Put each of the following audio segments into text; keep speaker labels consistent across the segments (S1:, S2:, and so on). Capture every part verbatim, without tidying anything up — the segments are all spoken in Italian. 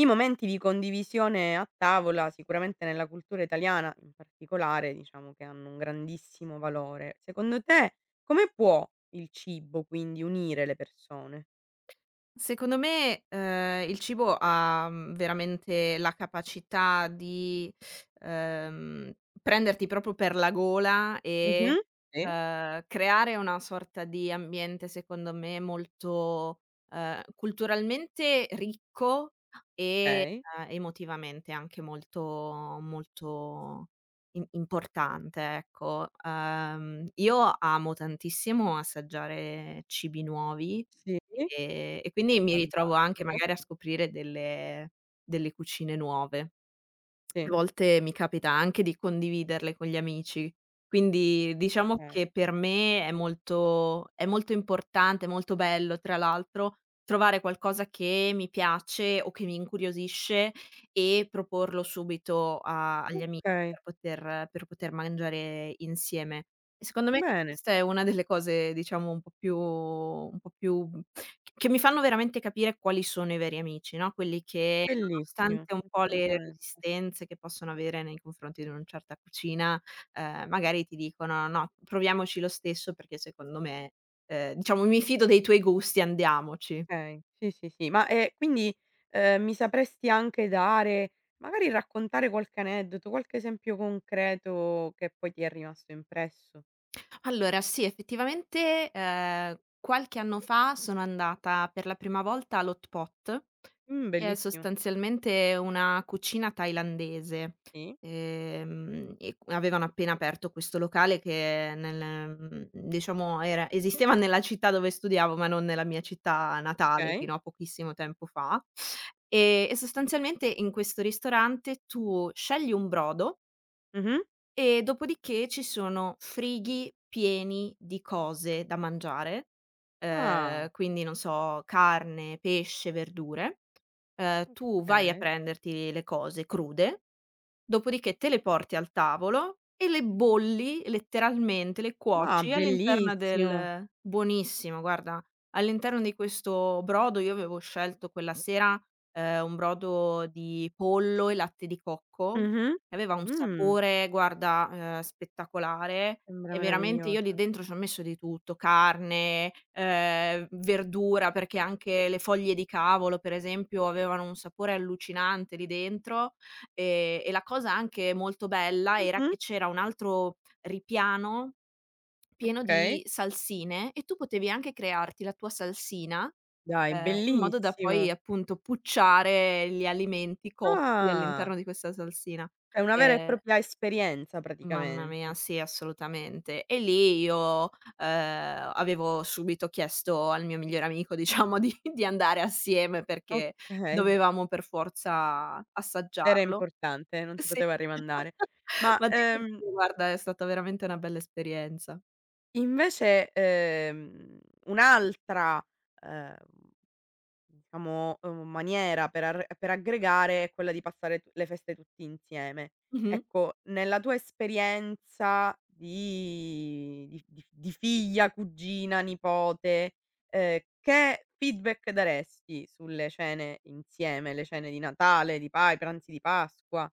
S1: I momenti di condivisione a tavola, sicuramente nella cultura italiana in particolare, diciamo che hanno un grandissimo valore. Secondo te come può il cibo quindi unire le persone?
S2: Secondo me, ehm, il cibo ha, mhmm, veramente la capacità di, ehm, prenderti proprio per la gola
S1: Mh-mh.
S2: e,
S1: Sì,
S2: ehm, creare una sorta di ambiente, secondo me, molto, ehm, culturalmente ricco e,
S1: okay.
S2: ehm, emotivamente anche molto molto im importante, ecco. Ehm, io amo tantissimo assaggiare cibi nuovi.
S1: Sì,
S2: Ehm, e quindi mi ritrovo anche
S1: fantastico.
S2: magari a scoprire delle delle cucine nuove. A
S1: Sì,
S2: volte mi capita anche di condividerle con gli amici. Quindi diciamo
S1: okay.
S2: che per me è molto è molto importante, molto bello tra l'altro, trovare qualcosa che mi piace o che mi incuriosisce e proporlo subito a agli amici
S1: Okay,
S2: per poter per poter mangiare insieme. E secondo me
S1: bene,
S2: questa è una delle cose diciamo un po' più un po' più che mi fanno veramente capire quali sono i veri amici, no, quelli che
S1: bellissimo,
S2: nonostante un po' le
S1: assolutamente.
S2: resistenze che possono avere nei confronti di una certa cucina, ehm, magari ti dicono: "No, proviamoci lo stesso perché secondo me, ehm, diciamo mi fido dei tuoi gusti, andiamoci".
S1: Okay, sì, sì, sì. Ma, ehm, quindi, ehm, mi sapresti anche dare magari raccontare qualche aneddoto, qualche esempio concreto che poi ti è rimasto impresso?
S2: Allora sì, effettivamente, ehm, qualche anno fa sono andata per la prima volta all'Hot Pot.
S1: Mh,
S2: È
S1: bellissimo.
S2: sostanzialmente una cucina thailandese,
S1: Sì,
S2: ehm, e avevano appena aperto questo locale che nel mhmm, diciamo era esisteva nella città dove studiavo, ma non nella mia città natale
S1: okay.
S2: fino a pochissimo tempo fa. Ehm, e sostanzialmente in questo ristorante tu scegli un brodo
S1: Mh-mh.
S2: e dopodiché ci sono frighi pieni di cose da mangiare,
S1: Ah,
S2: ehm, quindi non so, carne, pesce, verdure. Ehm, tu vai a
S1: okay.
S2: prenderti le cose crude. Dopodiché te le porti al tavolo e le bolli letteralmente, le
S1: Ma
S2: cuoci all'interno
S1: bellissimo.
S2: del buonissimo, guarda, all'interno di questo brodo. Io avevo scelto quella sera, ehm, un brodo di pollo e latte di cocco,
S1: Mh-mh.
S2: che aveva un
S1: Mh,
S2: sapore, guarda, ehm, spettacolare.
S1: sembra
S2: E veramente io lì
S1: meravigliosa.
S2: dentro c'ho messo di tutto, carne, ehm, verdura, perché anche le foglie di cavolo, per esempio, avevano un sapore allucinante lì dentro. Ehm, e la cosa anche molto bella era
S1: Mh-mh,
S2: che c'era un altro ripiano pieno
S1: okay.
S2: di salsine e tu potevi anche crearti la tua salsina,
S1: Dai,
S2: ehm, in modo da
S1: bellissimo.
S2: poi appunto pucciare gli alimenti cotti
S1: Ah,
S2: all'interno di questa salsina.
S1: è una vera e
S2: Ehm,
S1: propria esperienza
S2: Mamma mia,
S1: praticamente.
S2: sì, assolutamente. E lì io, ehm, avevo subito chiesto al mio migliore amico diciamo di di andare assieme perché
S1: Okay.
S2: dovevamo per forza
S1: Era
S2: assaggiarlo.
S1: importante, non si
S2: Sì.
S1: poteva rimandare. Ma,
S2: Ma devo
S1: ehm,
S2: dire guarda, è stata veramente una bella esperienza.
S1: invece, ehm, un'altra, ehm, diciamo, uhm, maniera per ar per aggregare è quella di passare t le feste tutti insieme.
S2: Mh-mh.
S1: Ecco, nella tua esperienza di di di di figlia, cugina, nipote, ehm, che feedback daresti sulle cene insieme, le cene di Natale, di pa i pranzi di Pasqua?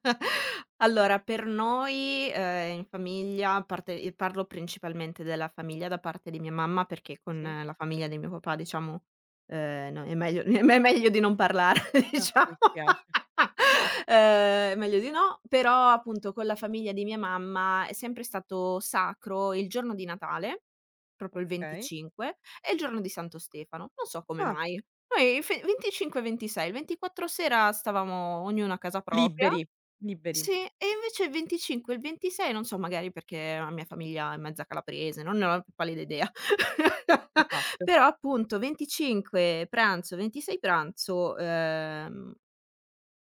S2: Allora, per noi, ehm, in famiglia, a parte e parlo principalmente della famiglia da parte di mia mamma, perché con
S1: Sì?
S2: eh, la famiglia di mio papà, diciamo, ehm, no, è meglio è meglio di non parlare,
S1: Ah,
S2: diciamo.
S1: mi spiace.
S2: Ehm, meglio di no, però appunto con la famiglia di mia mamma è sempre stato sacro il giorno di Natale, proprio il
S1: Okay.
S2: venticinque, e il giorno di Santo Stefano. Non so come
S1: Ah,
S2: mai. Noi fe venticinque e ventisei, il ventiquattro sera stavamo ognuno a casa propria,
S1: liberi, liberi,
S2: sì, e invece il venticinque e il ventisei, non so magari perché la mia famiglia è mezza calabrese, non ne ho la più pallida idea.
S1: di fatto.
S2: Però appunto venticinque pranzo, ventisei pranzo, ehm,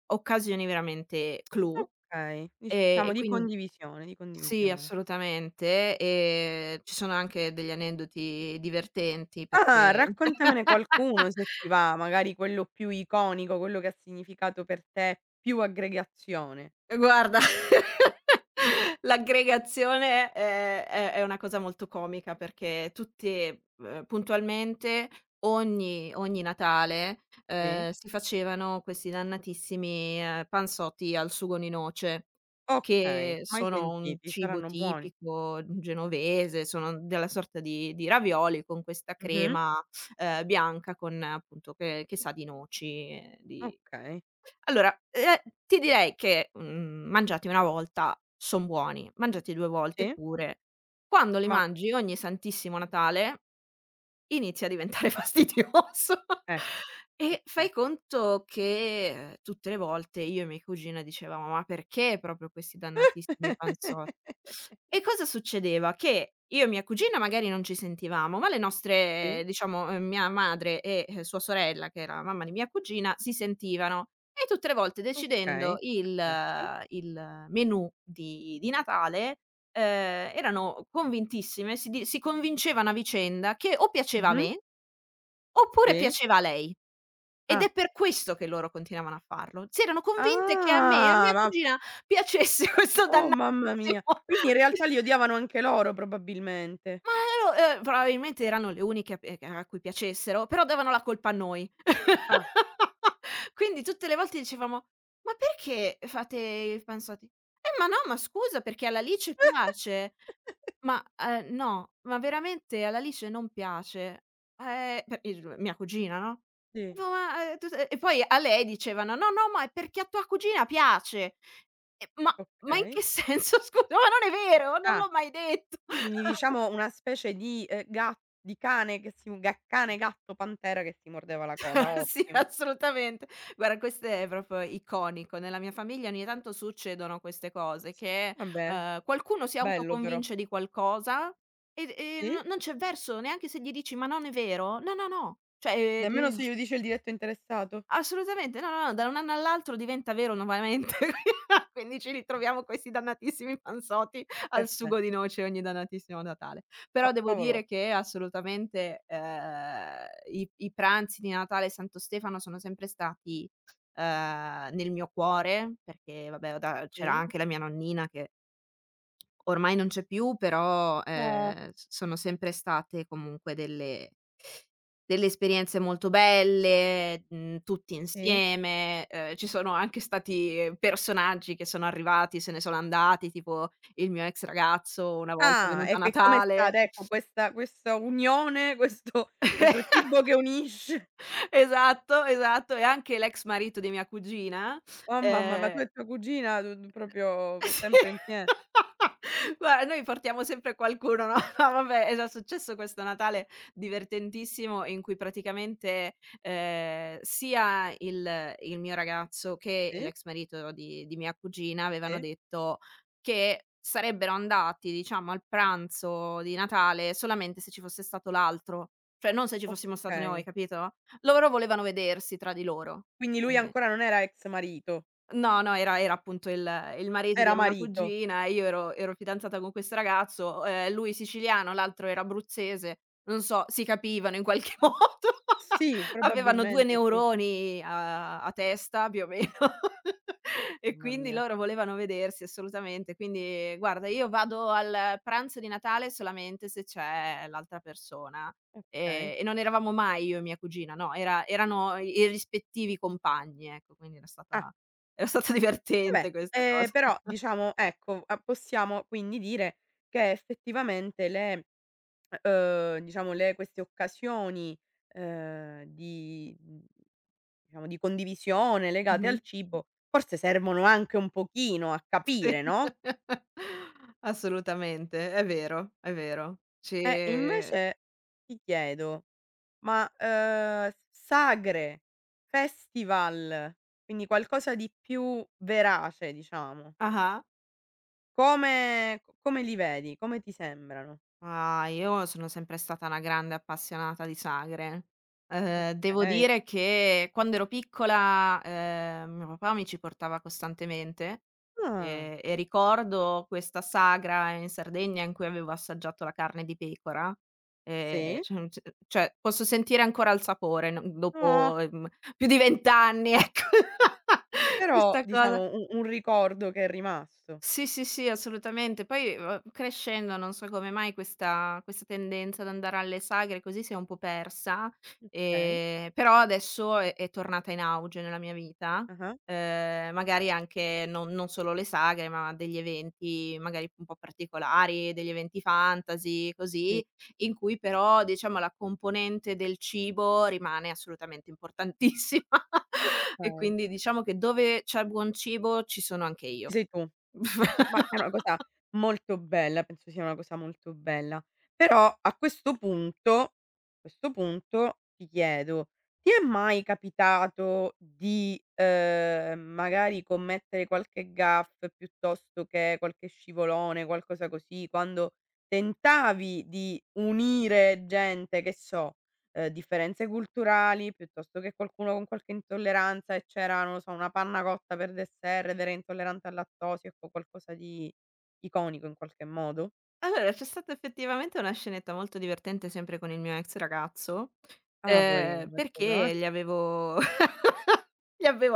S2: occasioni veramente clou,
S1: Okay,
S2: ehm,
S1: diciamo
S2: e
S1: di
S2: quindi
S1: condivisione, di
S2: sì,
S1: condivisione.
S2: assolutamente, ehm, ci sono anche degli aneddoti divertenti
S1: Ah,
S2: perché
S1: raccontamene qualcuno se ti va, magari quello più iconico, quello che ha significato per te più aggregazione.
S2: Guarda, l'aggregazione è è è una cosa molto comica perché tutti, uhm, puntualmente ogni ogni Natale,
S1: Sì?
S2: ehm, si facevano questi dannatissimi, ehm, panzotti al sugo di noce,
S1: Okay,
S2: che
S1: mai
S2: sono un
S1: sentiti,
S2: cibo
S1: saranno buoni.
S2: tipico genovese, sono della sorta di di ravioli con questa
S1: Mh-mh.
S2: crema, ehm, bianca con appunto che che sa di noci e di
S1: Okay,
S2: allora, ehm, ti direi che, mhmm, mangiati una volta son buoni, mangiati due volte
S1: sì,
S2: pure. Quando li
S1: ma
S2: mangi ogni Santissimo Natale inizia a diventare fastidioso
S1: eh,
S2: e
S1: perfe
S2: fai conto che, ehm, tutte le volte io e mia cugina dicevamo: "Ma perché proprio questi dannatissimi panzo". E cosa succedeva? Che io e mia cugina magari non ci sentivamo, ma le
S1: Sì,
S2: nostre diciamo, ehm, mia madre e, ehm, sua sorella, che era la mamma di mia cugina, si sentivano e tutte le volte decidendo
S1: okay,
S2: il
S1: perfetto.
S2: eh, il menù di di Natale, ehm, erano convintissime, si di si convincevano a vicenda che o piaceva a
S1: Mh-mh,
S2: me, oppure
S1: sì.
S2: piaceva a lei. Ed
S1: Ah.
S2: è per questo che loro continuavano a farlo. Si erano convinte che a me e a
S1: Ah,
S2: mia
S1: ma.
S2: cugina piacesse questo
S1: Oh
S2: dannatissimo.
S1: mamma mia. Quindi in realtà li odiavano anche loro probabilmente.
S2: Ma ero ehm, probabilmente erano le uniche pe ehm, a cui piacessero, però davano la colpa a noi.
S1: Ah.
S2: Quindi tutte le volte dicevamo: "Ma perché fate il pansoti?" "Eh, ma no, ma scusa perché all'Alice piace." Ma, ehm, no, ma veramente all'Alice non piace. Ehm, per il mia cugina, no?
S1: Sì,
S2: Dico: "Ma, ehm, tu se" e poi a lei dicevano: "No, no, ma è perché a tua cugina piace." E ma ma in
S1: okay.
S2: che senso scusa? Ma non è vero, non
S1: Ah,
S2: l'ho mai detto.
S1: quindi diciamo una specie di, ehm, ga di cane che si ga cane, gatto, pantera che si mordeva la coda,
S2: Sì,
S1: ottimo.
S2: assolutamente. Guarda, questo è proprio iconico. Nella mia famiglia ogni tanto succedono queste cose che,
S1: Vabbè,
S2: ehm, qualcuno si
S1: bello però.
S2: autoconvince di qualcosa ed e
S1: Sì?
S2: no, non c'è verso, neanche se gli dici: "Ma non è vero". "No, no, no". Cioè, ehm,
S1: Nemmeno
S2: il
S1: se glielo dice il diretto interessato?
S2: assolutamente, no, no, no, da un anno all'altro diventa vero nuovamente, quindi ci ritroviamo questi dannatissimi panzotti al
S1: Perfe
S2: sugo di noce ogni dannatissimo Natale.
S1: fa
S2: Però devo
S1: favolo
S2: dire che assolutamente, ehm, i i pranzi di Natale e Santo Stefano sono sempre stati, ehm, nel mio cuore, perché vabbè, da c'era
S1: sì.
S2: anche la mia nonnina che ormai non c'è più, però,
S1: Oh,
S2: ehm, s sono sempre state comunque delle delle esperienze molto belle, mhmm, tutti
S1: sì.
S2: insieme, ehm, ci sono anche stati personaggi che sono arrivati, se ne sono andati, tipo il mio ex ragazzo una volta è
S1: Ah,
S2: venuto
S1: e
S2: a
S1: che com'è
S2: Natale.
S1: stata ecco questa questa unione, questo questo cibo che unisce.
S2: Esatto, esatto, e anche l'ex marito di mia cugina,
S1: Oh mamma, ma tu
S2: ehm
S1: e tua cugina d d proprio
S2: Sì.
S1: sempre insie
S2: Guarda, noi portiamo sempre qualcuno, no, no vabbè, è già successo questo Natale divertentissimo in cui praticamente, ehm, sia il il mio ragazzo che
S1: sì,
S2: l'ex marito di di mia cugina avevano
S1: sì,
S2: detto che sarebbero andati, diciamo, al pranzo di Natale solamente se ci fosse stato l'altro, cioè non se ci fossimo stato noi,
S1: okay.
S2: capito? Loro volevano vedersi tra di loro.
S1: Quindi lui ancora non era ex marito,
S2: No, no, era era appunto il il marito di
S1: era
S2: mia
S1: marito.
S2: cugina, e io ero ero fidanzata con questo ragazzo, ehm, lui siciliano, l'altro era abruzzese, non so, si capivano in qualche modo,
S1: Sì,
S2: avevano due
S1: probabilmente sì.
S2: neuroni a a testa più o meno e
S1: Mamma
S2: quindi
S1: mia,
S2: loro volevano vedersi assolutamente. Quindi guarda, io vado al pranzo di Natale solamente se c'è l'altra persona,
S1: okay.
S2: ehm, e non eravamo mai io e mia cugina, no, era erano i i rispettivi compagni, ecco, quindi era
S1: Ah,
S2: stata era stata
S1: vabbè,
S2: divertente questa
S1: ehm,
S2: cosa.
S1: però diciamo ecco, a possiamo quindi dire che effettivamente le uhm, diciamo le queste occasioni, ehm, di mhmm, diciamo di condivisione legate
S2: Mh-mh.
S1: al cibo, forse servono anche un pochino a
S2: Sì.
S1: capire, no?
S2: Assolutamente, è vero, è vero. Ci
S1: Eh, e invece ti chiedo, ma, ehm, sagre, festival, quindi qualcosa di più verace diciamo,
S2: ah-ah.
S1: come co come li vedi? Come ti sembrano?
S2: Ah, io sono sempre stata una grande appassionata di sagre. Ehm, devo
S1: Okay.
S2: dire che quando ero piccola, ehm, mio papà mi ci portava costantemente,
S1: Ah,
S2: ehm, e ricordo questa sagra in Sardegna in cui avevo assaggiato la carne di pecora, ehm,
S1: sì.
S2: cioè c cioè posso sentire ancora il sapore, n
S1: Ah,
S2: dopo, ehm, più di venti anni, ecco,
S1: però
S2: questa cosa
S1: diciamo u un ricordo che è rimasto.
S2: sì, sì, sì, assolutamente. Poi, uhm, crescendo non so come mai questa questa tendenza ad andare alle sagre così si è un po' persa,
S1: Okay.
S2: ehm, però adesso è è tornata in auge nella mia vita,
S1: Ah-ah,
S2: ehm, magari anche non non solo le sagre, ma degli eventi magari un po' particolari, degli eventi fantasy,
S1: sì.
S2: così, in cui però diciamo la componente del cibo rimane assolutamente importantissima e
S1: Okay.
S2: quindi diciamo che dove c'è buon cibo ci sono anche
S1: Ci
S2: io.
S1: sei tu. Ma che è una cosa molto bella, penso sia una cosa molto bella. Però a questo punto a questo punto ti chiedo: ti è mai capitato di, ehm, magari commettere qualche gaffe piuttosto che qualche scivolone, qualcosa così, quando tentavi di unire gente, che so, ehm, differenze culturali, piuttosto che qualcuno con qualche intolleranza e c'era, non lo so, una panna cotta per dessert ed era intollerante al lattosio, ecco qualcosa di iconico in qualche modo?
S2: Allora, c'è stata effettivamente una scenetta molto divertente sempre con il mio ex ragazzo,
S1: Ah, poverino
S2: ehm,
S1: questo però, eh.
S2: perché gli avevo gli avevo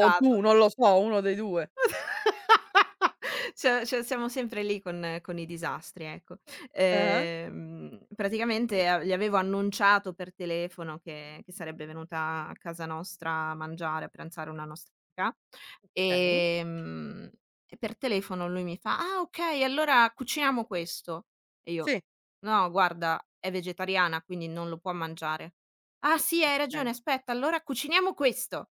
S1: O tu, non lo so, uno dei due.
S2: Cioè cioè siamo sempre lì con con i disastri, ecco.
S1: Ah-ah,
S2: Ehm, praticamente a gli avevo annunciato per telefono che che sarebbe venuta a casa nostra a mangiare, a pranzare una nostra amica,
S1: okay.
S2: ehm, e per telefono lui mi fa: "Ah okay, allora cuciniamo questo." E io:
S1: Sì,
S2: "No guarda, è vegetariana, quindi non lo può mangiare." "Ah sì, hai ragione,
S1: okay.
S2: aspetta, allora cuciniamo questo."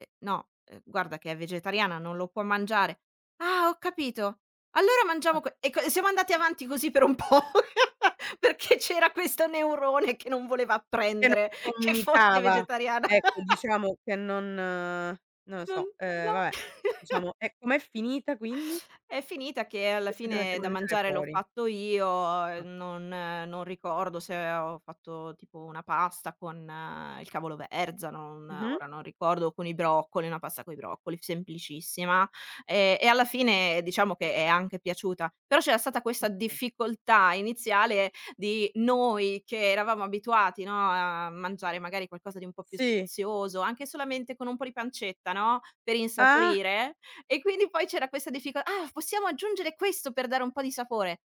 S2: Eh, no, ehm, guarda che è vegetariana, non lo può mangiare. "Ah, ho capito, allora
S1: Ah,
S2: mangiamo que" e co e siamo andati avanti così per un po', perché c'era questo neurone che non voleva
S1: che non
S2: apprendere che fosse
S1: comunicava,
S2: vegetariana.
S1: ecco diciamo che non eh, non lo
S2: Non
S1: so, ehm,
S2: No.
S1: vabbè, diciamo e com'è finita quindi?
S2: È finita che alla
S1: E siete andati
S2: fine
S1: a
S2: da
S1: mangiare
S2: mangiare l'ho
S1: fuori.
S2: fatto io, uhm,
S1: Ah.
S2: non eh, non ricordo se ho fatto tipo una pasta con eh, il cavolo verza, non
S1: Mh-mh.
S2: ora non ricordo, con i broccoli, una pasta coi broccoli semplicissima, ehm, e alla fine diciamo che è anche piaciuta. Però c'era stata questa
S1: Okay.
S2: difficoltà iniziale di noi che eravamo abituati, no, a mangiare magari qualcosa di un po' più
S1: Sì.
S2: sfizioso, anche solamente con un po' di pancetta, no, per
S1: Ah!
S2: insaporire e quindi poi c'era questa diffico "Ah, possiamo aggiungere questo per dare un po' di sapore?"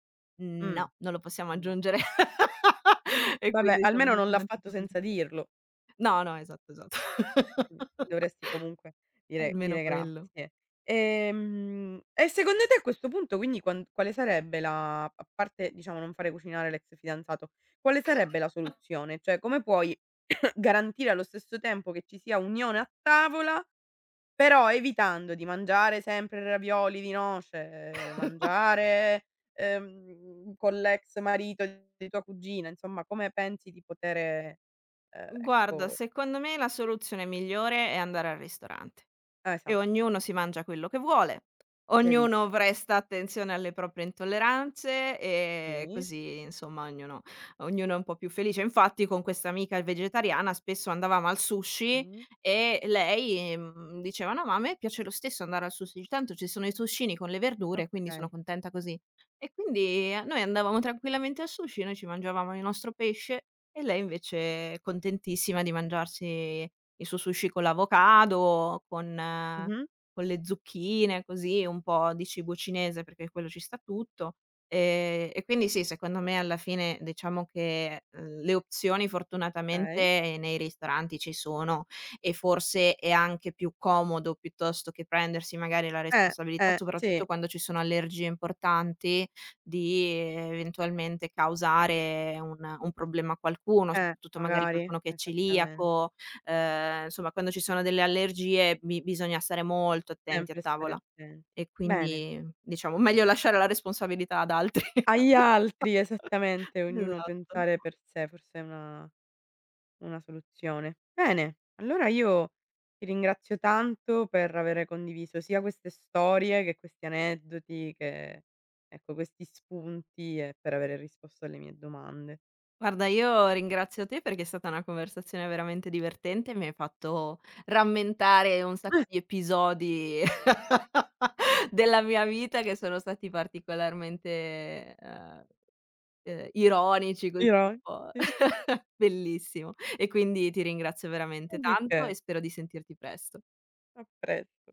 S1: Mh,
S2: "No, non lo possiamo
S1: no.
S2: aggiungere." E
S1: Vabbè,
S2: quindi siamo
S1: almeno non
S2: andati
S1: l'ha
S2: avanti un
S1: fatto
S2: po' così.
S1: senza dirlo.
S2: No, no, esatto, esatto.
S1: Mh, dovresti comunque dire
S2: Almeno
S1: dire
S2: quello.
S1: grazie. Ehm, e secondo te a questo punto quindi quan quale sarebbe la a parte diciamo non fare cucinare l'ex fidanzato, quale sarebbe la soluzione? Cioè come puoi garantire allo stesso tempo che ci sia unione a tavola. Però evitando di mangiare sempre ravioli di noce, eh, mangiare, ehm, con l'ex marito di tua cugina, insomma come pensi di potere, ehm,
S2: Guarda,
S1: ecco.
S2: secondo me la soluzione migliore è andare al ristorante.
S1: Eh,
S2: E
S1: esatto,
S2: ognuno si
S1: esatto,
S2: mangia quello che vuole, ognuno
S1: chiarissimo.
S2: presta attenzione alle proprie intolleranze e
S1: Sì,
S2: così insomma ognuno ognuno è un po' più felice. Infatti con questa amica vegetariana spesso andavamo al sushi
S1: mh,
S2: e lei, mhmm, diceva: "No, ma a me piace lo stesso andare al sushi, tanto ci sono i sushini con le verdure, quindi sono
S1: okay.
S2: contenta così". E quindi eh, noi andavamo tranquillamente al sushi, noi ci mangiavamo il nostro pesce e lei invece contentissima di mangiarsi il suo sushi con l'avocado, con eh,
S1: Mh-mh,
S2: con le zucchine, così un po' di cibo cinese, perché quello ci sta tutto. Ehm, e quindi sì, secondo me alla fine diciamo che, uhm, le opzioni
S1: okay.
S2: fortunatamente nei ristoranti ci sono e forse è anche più comodo piuttosto che prendersi magari la
S1: Eh,
S2: responsabilità,
S1: eh, sì,
S2: soprattutto quando ci sono allergie importanti, di eh, eventualmente causare un un problema a qualcuno,
S1: eh,
S2: soprattutto magari
S1: magari,
S2: qualcuno che è
S1: esattamente.
S2: celiaco. Ehm, insomma quando ci sono delle allergie bi bisogna stare molto attenti a
S1: Sempre stare
S2: tavola
S1: attenti.
S2: e
S1: Bene.
S2: quindi diciamo meglio lasciare la responsabilità ad altri.
S1: Agli altri, esattamente, ognuno
S2: Esatto.
S1: pensare per sé, forse è una. Una soluzione. Bene, allora io ti ringrazio tanto per avere condiviso sia queste storie che questi aneddoti, che ecco, questi spunti e per avere risposto alle mie domande.
S2: Guarda, io ringrazio te perché è stata una conversazione veramente divertente, mi hai fatto rammentare un sacco di episodi della mia vita che sono stati particolarmente, ehm Ehm, ironici così un
S1: Dirò,
S2: po'
S1: sì.
S2: bellissimo. E quindi ti ringrazio veramente
S1: Non di che.
S2: tanto e spero di sentirti presto.
S1: A presto.